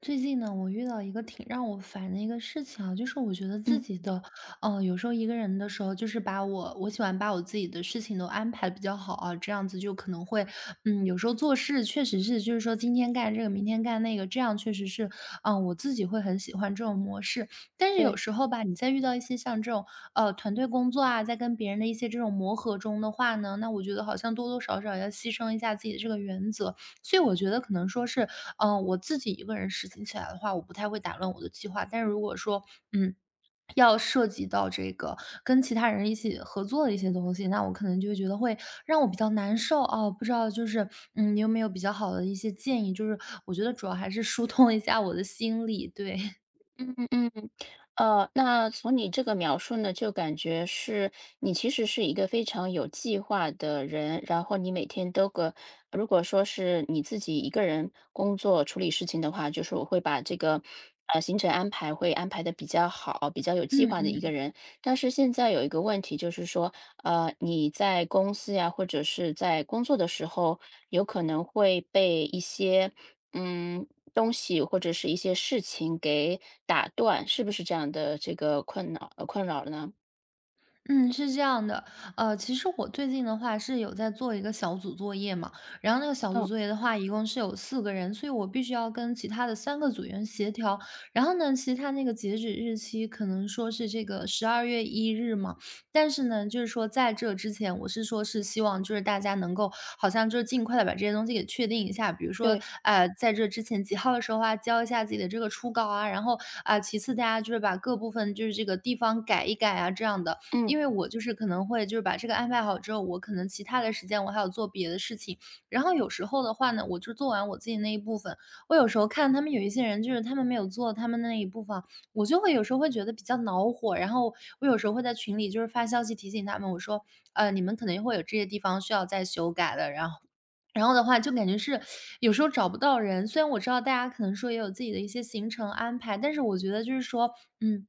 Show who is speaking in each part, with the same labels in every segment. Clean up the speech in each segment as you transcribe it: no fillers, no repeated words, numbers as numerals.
Speaker 1: 最近呢，我遇到一个挺让我烦的一个事情啊，就是我觉得自
Speaker 2: 嗯，
Speaker 1: 己的，有时候一个人的时候，就是我喜欢把我自己的事情都安排的比较好啊，这样子就可能会，有时候做事确实是，就是说今天干这个，明天干那个，这样确实是，我自己会很喜欢这种模式。但是有
Speaker 2: 对，
Speaker 1: 时候吧，你在遇到一些像这种，团队工作啊，在跟别人的一些这种磨合中的话呢，那我觉得好像多多少少要牺牲一下自己的这个原则，所以我觉得可能说是，我自己一个人实行起来的话，我不太会打乱我的计划。但是如果说，嗯，要涉及到这个跟其他人一起合作的一些东西，那我可能就会觉得会让我比较难受哦。不知道就是，你有没有比较好的一些建议？就是我觉得主要还是疏通一下我的心理，对，
Speaker 2: 嗯嗯，嗯，那从你这个描述呢，就感觉是你其实是一个非常有计划的人，然后你每天都个，如果说是你自己一个人工作处理事情的话，就是我会把这个行程安排会安排的比较好，比较有计
Speaker 1: 嗯
Speaker 2: 划的一
Speaker 1: 嗯。
Speaker 2: 个人。但是现在有一个问题，就是说，你在公司呀，或者是在工作的时候，有可能会被一些嗯东西或者是一些事情给打断，是不是这样的这个困扰呢？
Speaker 1: 嗯，是这样的，其实我最近的话是有在做一个小组作业嘛，然后那个小组
Speaker 2: 嗯，
Speaker 1: 作业的话，一共是有4个人，所以我必须要跟其他的3个组员协调。然后呢，其实他那个截止日期可能说是这个12月1日嘛，但是呢，就是说在这之前，我是说是希望就是大家能够好像就是尽快的把这些东西给确定一下，比如说
Speaker 2: 对，
Speaker 1: 在这之前几号的时候啊，交一下自己的这个初稿啊，然后啊、其次大家就是把各部分就是这个地方改一改啊这样的。
Speaker 2: 嗯
Speaker 1: 因为我就是可能会就是把这个安排好之后，我可能其他的时间我还有做别的事情。然后有时候的话呢，我就做完我自己那一部分，我有时候看他们有一些人就是他们没有做他们那一部分啊，我就会有时候会觉得比较恼火。然后我有时候会在群里就是发消息提醒他们，我说：你们可能会有这些地方需要再修改的。”然后的话就感觉是有时候找不到人，虽然我知道大家可能说也有自己的一些行程安排，但是我觉得就是说，嗯，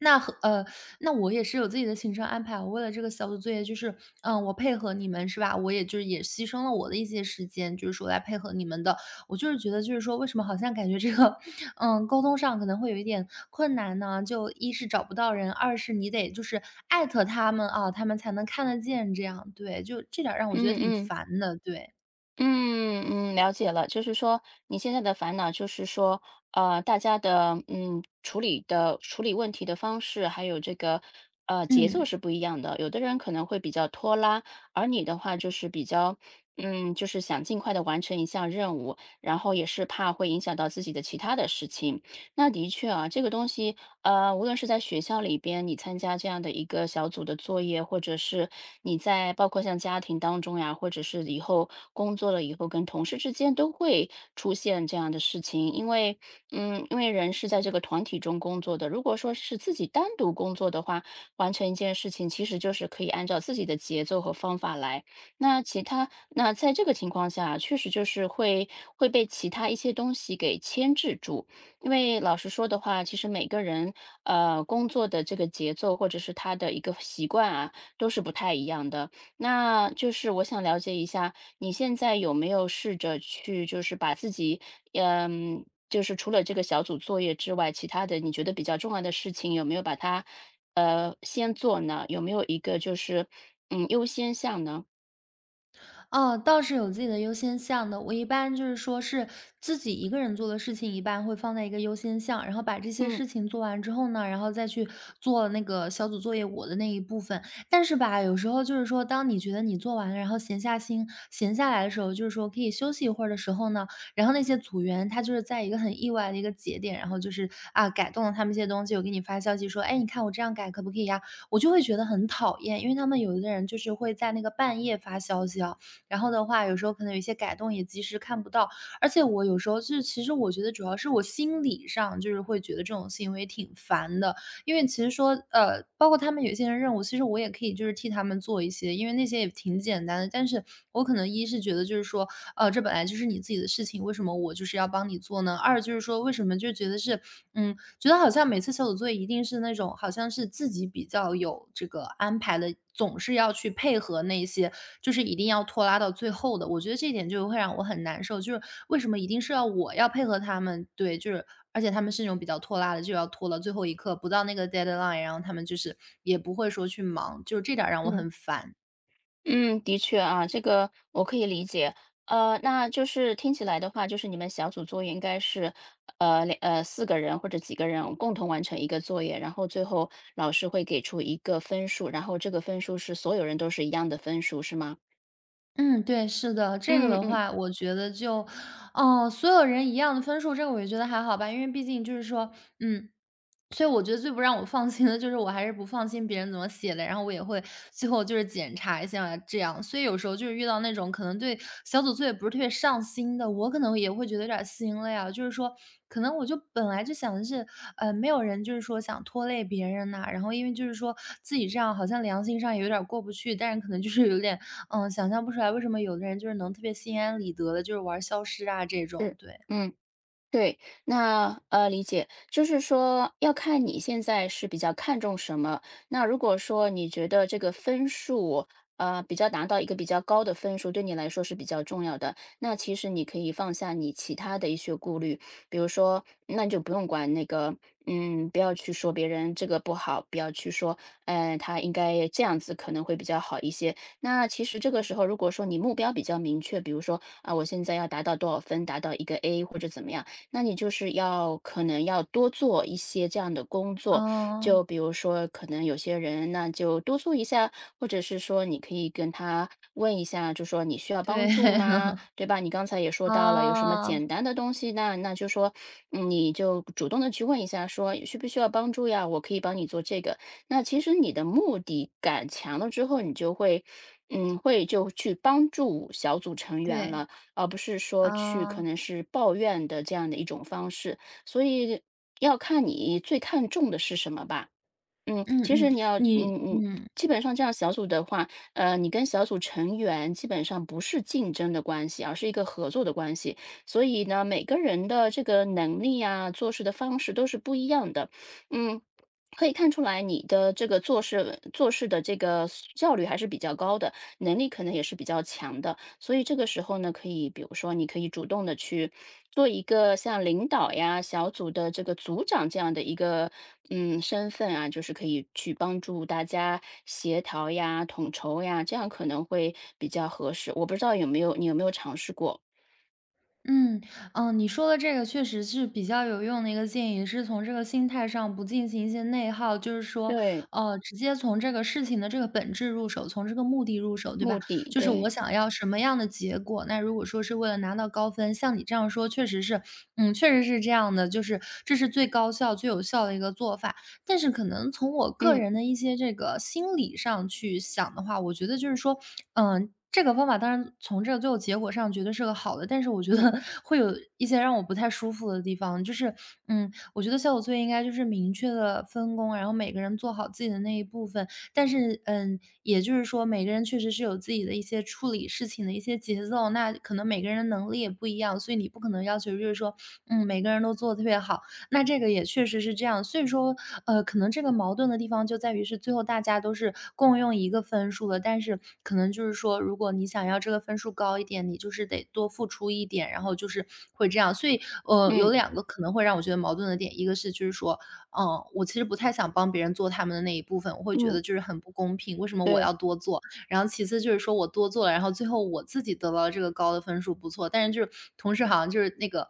Speaker 1: 那和呃，那我也是有自己的行程安排。我为了这个小组作业，就是，我配合你们是吧？我也就是也牺牲了我的一些时间，就是说来配合你们的。我就是觉得，就是说为什么好像感觉这个，沟通上可能会有一点困难呢？就一是找不到人，二是你得就是艾特他们啊，他们才能看得见。这样对，就这点儿让我觉得
Speaker 2: 嗯
Speaker 1: 挺
Speaker 2: 嗯。
Speaker 1: 烦的。对，
Speaker 2: 嗯嗯，了解了，就是说你现在的烦恼就是说，大家的处理问题的方式，还有这个节奏
Speaker 1: 嗯。
Speaker 2: 是不一样的。有的人可能会比较拖拉，而你的话就是比较就是想尽快的完成一项任务，然后也是怕会影响到自己的其他的事情。那的确啊，这个东西无论是在学校里边，你参加这样的一个小组的作业，或者是你在包括像家庭当中呀，或者是以后工作了以后跟同事之间都会出现这样的事情，因为，因为人是在这个团体中工作的。如果说是自己单独工作的话，完成一件事情其实就是可以按照自己的节奏和方法来。那其他那在这个情况下，确实就是会会被其他一些东西给牵制住。因为老实说的话，其实每个人工作的这个节奏或者是他的一个习惯啊，都是不太一样的。那就是我想了解一下，你现在有没有试着去就是把自己嗯，就是除了这个小组作业之外，其他的你觉得比较重要的事情，有没有把它先做呢？有没有一个就是优先项呢？
Speaker 1: 哦，倒是有自己的优先项的。我一般就是说是自己一个人做的事情，一般会放在一个优先项，然后把这些
Speaker 2: 嗯。
Speaker 1: 事情做完之后呢，然后再去做那个小组作业我的那一部分。但是吧，有时候就是说，当你觉得你做完了，然后闲下心、闲下来的时候，就是说可以休息一会儿的时候呢，然后那些组员他就是在一个很意外的一个节点，然后就是啊改动了他们一些东西，我给你发消息说，哎，你看我这样改可不可以呀、我就会觉得很讨厌，因为他们有的人就是会在那个半夜发消息啊，然后的话，有时候可能有一些改动也及时看不到，而且我有时候就是，其实我觉得主要是我心理上就是会觉得这种行为挺烦的，因为其实说，包括他们有一些人任务，其实我也可以就是替他们做一些，因为那些也挺简单的。但是我可能一是觉得就是说，这本来就是你自己的事情，为什么我就是要帮你做呢？二就是说，为什么就觉得是觉得好像每次小组作业一定是那种好像是自己比较有这个安排的，总是要去配合那些，就是一定要拖拉到最后的。我觉得这一点就会让我很难受，就是为什么一定是要我要配合他们？对，就是而且他们是那种比较拖拉的，就要拖到最后一刻，不到那个 deadline，然后他们就是也不会说去忙，就是这点儿让我
Speaker 2: 嗯。
Speaker 1: 很烦。
Speaker 2: 嗯，的确啊，这个我可以理解。那就是听起来的话，就是你们小组作业应该是，呃，四个人或者几个人共同完成一个作业，然后最后老师会给出一个分数，然后这个分数是所有人都是一样的分数，是吗？
Speaker 1: 嗯，对，是的，这个
Speaker 2: 嗯
Speaker 1: 的
Speaker 2: 嗯，
Speaker 1: 话，我觉得就，哦，所有人一样的分数，这个我也觉得还好吧，因为毕竟就是说，嗯，所以我觉得最不让我放心的就是我还是不放心别人怎么写的，然后我也会最后就是检查一下啊这样，所以有时候就是遇到那种可能对小组作业不是特别上心的，我可能也会觉得有点心累啊，就是说可能我就本来就想的是，没有人就是说想拖累别人呐、然后因为就是说自己这样好像良心上也有点儿过不去，但是可能就是有点想象不出来为什么有的人就是能特别心安理得的，就是玩消失啊这种，
Speaker 2: 是，
Speaker 1: 对。
Speaker 2: 嗯。对，那理解，就是说要看你现在是比较看重什么。那如果说你觉得这个分数，比较达到一个比较高的分数，对你来说是比较重要的，那其实你可以放下你其他的一些顾虑，比如说，那你就不用管那个，不要去说别人这个不好，不要去说，他应该这样子可能会比较好一些。那其实这个时候，如果说你目标比较明确，比如说啊、我现在要达到多少分，达到一个 A 或者怎么样。那你就是要可能要多做一些这样的工作，
Speaker 1: 哦，
Speaker 2: 就比如说可能有些人那就督促一下，或者是说你可以跟他问一下，就说你需要
Speaker 1: 对，
Speaker 2: 帮助吗？对吧？你刚才也说到了，有什么
Speaker 1: 哦，
Speaker 2: 简单的东西，那就说，你就主动的去问一下，说需不需要帮助呀？我可以帮你做这个。那其实你的目的感强了之后，你就会，会就去帮助小组成员
Speaker 1: 对，
Speaker 2: 了。而不是说去可
Speaker 1: 啊，
Speaker 2: 能是抱怨的这样的一种方式。所以要看你最看重的是什么吧。嗯，
Speaker 1: 嗯
Speaker 2: 其实
Speaker 1: 嗯，
Speaker 2: 你要
Speaker 1: 你嗯。
Speaker 2: 基本上这样小组的话，你跟小组成员基本上不是竞争的关系，而是一个合作的关系。所以呢，每个人的这个能力啊，做事的方式都是不一样的。嗯，可以看出来你的这个做事的这个效率还是比较高的，能力可能也是比较强的。所以这个时候呢，可以比如说，你可以主动的去做一个像领导呀、小组的这个组长这样的一个身份啊，就是可以去帮助大家协调呀、统筹呀，这样可能会比较合适。我不知道你有没有尝试过？
Speaker 1: 嗯，嗯，你说的这个确实是比较有用的一个建议，是从这个心态上不进行一些内耗，就是说，
Speaker 2: 对，
Speaker 1: 直接从这个事情的这个本质入手，从这个目的入手，对
Speaker 2: 目
Speaker 1: 吧？
Speaker 2: 的
Speaker 1: 就是我
Speaker 2: 对，
Speaker 1: 想要什么样的结果，那如果说是为了拿到高分，像你这样说，确实是，确实是这样的，就是这是最高效、最有效的一个做法。但是可能从我个
Speaker 2: 嗯
Speaker 1: 人的一些这个心理上去想的话，我觉得就是说，这个方法当然从这个最后结果上觉得是个好的，但是我觉得
Speaker 2: 嗯
Speaker 1: 会有一些让我不太舒服的地方，就是，我觉得小组作业应该就是明确的分工，然后每个人做好自己的那一部分，但是，也就是说每个人确实是有自己的一些处理事情的一些节奏，那可能每个人的能力也不一样，所以你不可能要求就是说，每个人都做的特别好，那这个也确实是这样，所以说可能这个矛盾的地方就在于是最后大家都是共用一个分数的，但是可能就是说，如果你想要这个分数高一点，你就是得多付出一点，然后就是会这样。所以，有
Speaker 2: 嗯
Speaker 1: 两个可能会让我觉得矛盾的点，一个是就是说，我其实不太想帮别人做他们的那一部分，我会觉
Speaker 2: 嗯，
Speaker 1: 得就是很不公平，为什么我
Speaker 2: 对，
Speaker 1: 要多做？然后其次就是说我多做了，然后最后我自己得到这个高的分数不错，但是就是同时好像就是那个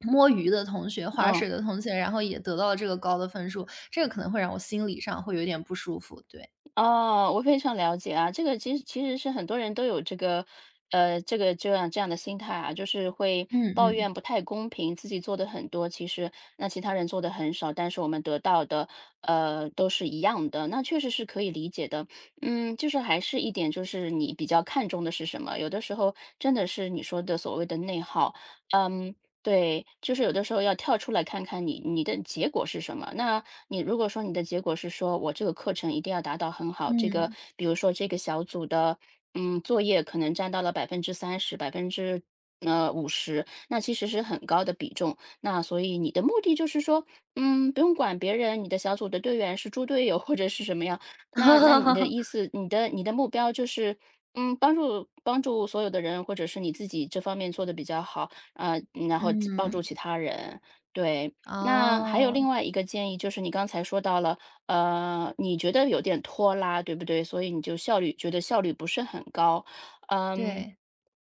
Speaker 1: 摸鱼的同学、划
Speaker 2: 嗯。
Speaker 1: 水的同学，然后也得到了这个高的分数，这个可能会让我心理上会有点不舒服，对。
Speaker 2: 哦，我非常了解啊，这个其实是很多人都有这个，这个这样的心态啊，就是会
Speaker 1: 嗯
Speaker 2: 抱
Speaker 1: 嗯
Speaker 2: 怨不太公平，自己做的很多，其实那其他人做的很少，但是我们得到的，都是一样的，那确实是可以理解的。就是还是一点，就是你比较看重的是什么？有的时候真的是你说的所谓的内耗，嗯，对，就是有的时候要跳出来看看你的结果是什么。那你如果说你的结果是说我这个课程一定要达到很好，这个
Speaker 1: 嗯。
Speaker 2: 比如说这个小组的作业可能占到了30%、百分之五十，那其实是很高的比重。那所以你的目的就是说，不用管别人，你的小组的队员是猪队友或者是什么样。那你的意 思，你的目标就是。帮助所有的人，或者是你自己这方面做的比较好，呃，然后帮
Speaker 1: 嗯，
Speaker 2: 助其他人。对，那还有
Speaker 1: 哦，
Speaker 2: 另外一个建议，就是你刚才说到了，你觉得有点拖拉，对不对？所以你就觉得效率不是很高，嗯。
Speaker 1: 对，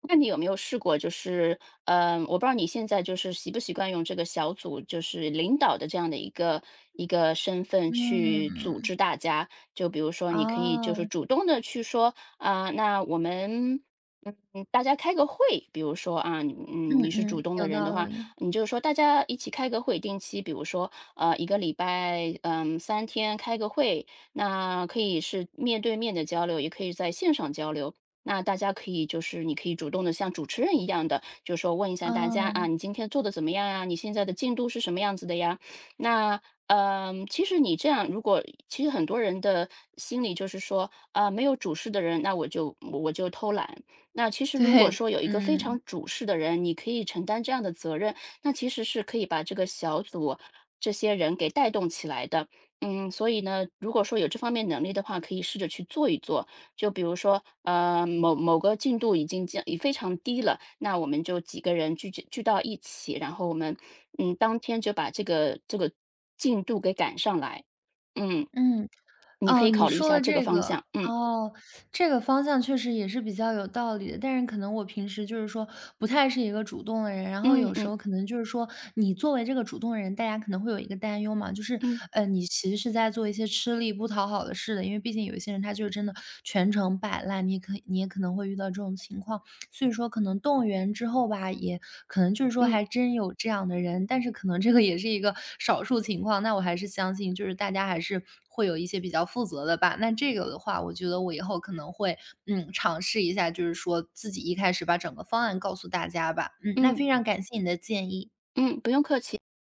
Speaker 2: 那你有没有试过，就是，我不知道你现在就是习不习惯用这个小组，就是领导的这样的一个身份去组
Speaker 1: 嗯，
Speaker 2: 织大家。就比如说，你可以就是
Speaker 1: 哦，
Speaker 2: 主动的去说，啊、那我们嗯，大家开个会，比如说啊，
Speaker 1: 嗯
Speaker 2: 你是主
Speaker 1: 嗯，
Speaker 2: 动的
Speaker 1: 有
Speaker 2: 人的
Speaker 1: 道
Speaker 2: 话，
Speaker 1: 理，
Speaker 2: 你就是说大家一起开个会，定期，比如说一个礼拜，3天开个会，那可以是面对面的交流，也可以在线上交流。那大家可以就是你可以主动的像主持人一样的，就是说问一下大家啊，
Speaker 1: 哦，
Speaker 2: 你今天做的怎么样呀？你现在的进度是什么样子的呀？那其实你这样，如果其实很多人的心里就是说，啊、没有主事的人，那我就偷懒，那其实如果
Speaker 1: 对，
Speaker 2: 说有一个非
Speaker 1: 嗯，
Speaker 2: 常主事的人，你可以承担这样的责任，那其实是可以把这个小组这些人给带动起来的。所以呢，如果说有这方面能力的话，可以试着去做一做。就比如说，某某个进度已经降，已非常低了，那我们就几个人聚集聚到一起，然后我们，当天就把这个进度给赶上来。嗯，
Speaker 1: 嗯。
Speaker 2: 你可
Speaker 1: 哦，
Speaker 2: 以
Speaker 1: 你
Speaker 2: 考虑一
Speaker 1: 说
Speaker 2: 下
Speaker 1: 的
Speaker 2: 这个
Speaker 1: 这
Speaker 2: 方
Speaker 1: 个，
Speaker 2: 向。嗯
Speaker 1: 哦，这个方向确实也是比较有道理的。但是可能我平时就是说不太是一个主动的人，然后
Speaker 2: 嗯
Speaker 1: 有时
Speaker 2: 嗯
Speaker 1: 候可能就是说你作为这个主动的人，大家可能会有一个担忧嘛，就是
Speaker 2: 嗯
Speaker 1: 你其实是在做一些吃力不讨好的事的，因为毕竟有一些人他就是真的全程摆烂，你也可能会遇到这种情况。所以说可能动员之后吧，也可能就是说
Speaker 2: 嗯
Speaker 1: 还真有这样的人，但是可能这个也是一个少数情况。那我还是相信，就是大家还是会有一些比较负责的吧。那这个的话，我觉得我以后可能会尝试一下，就是说自己一开始把整个方案告诉大家吧。嗯，那
Speaker 2: 嗯
Speaker 1: 非常感谢你的建议。
Speaker 2: 嗯，不用客气。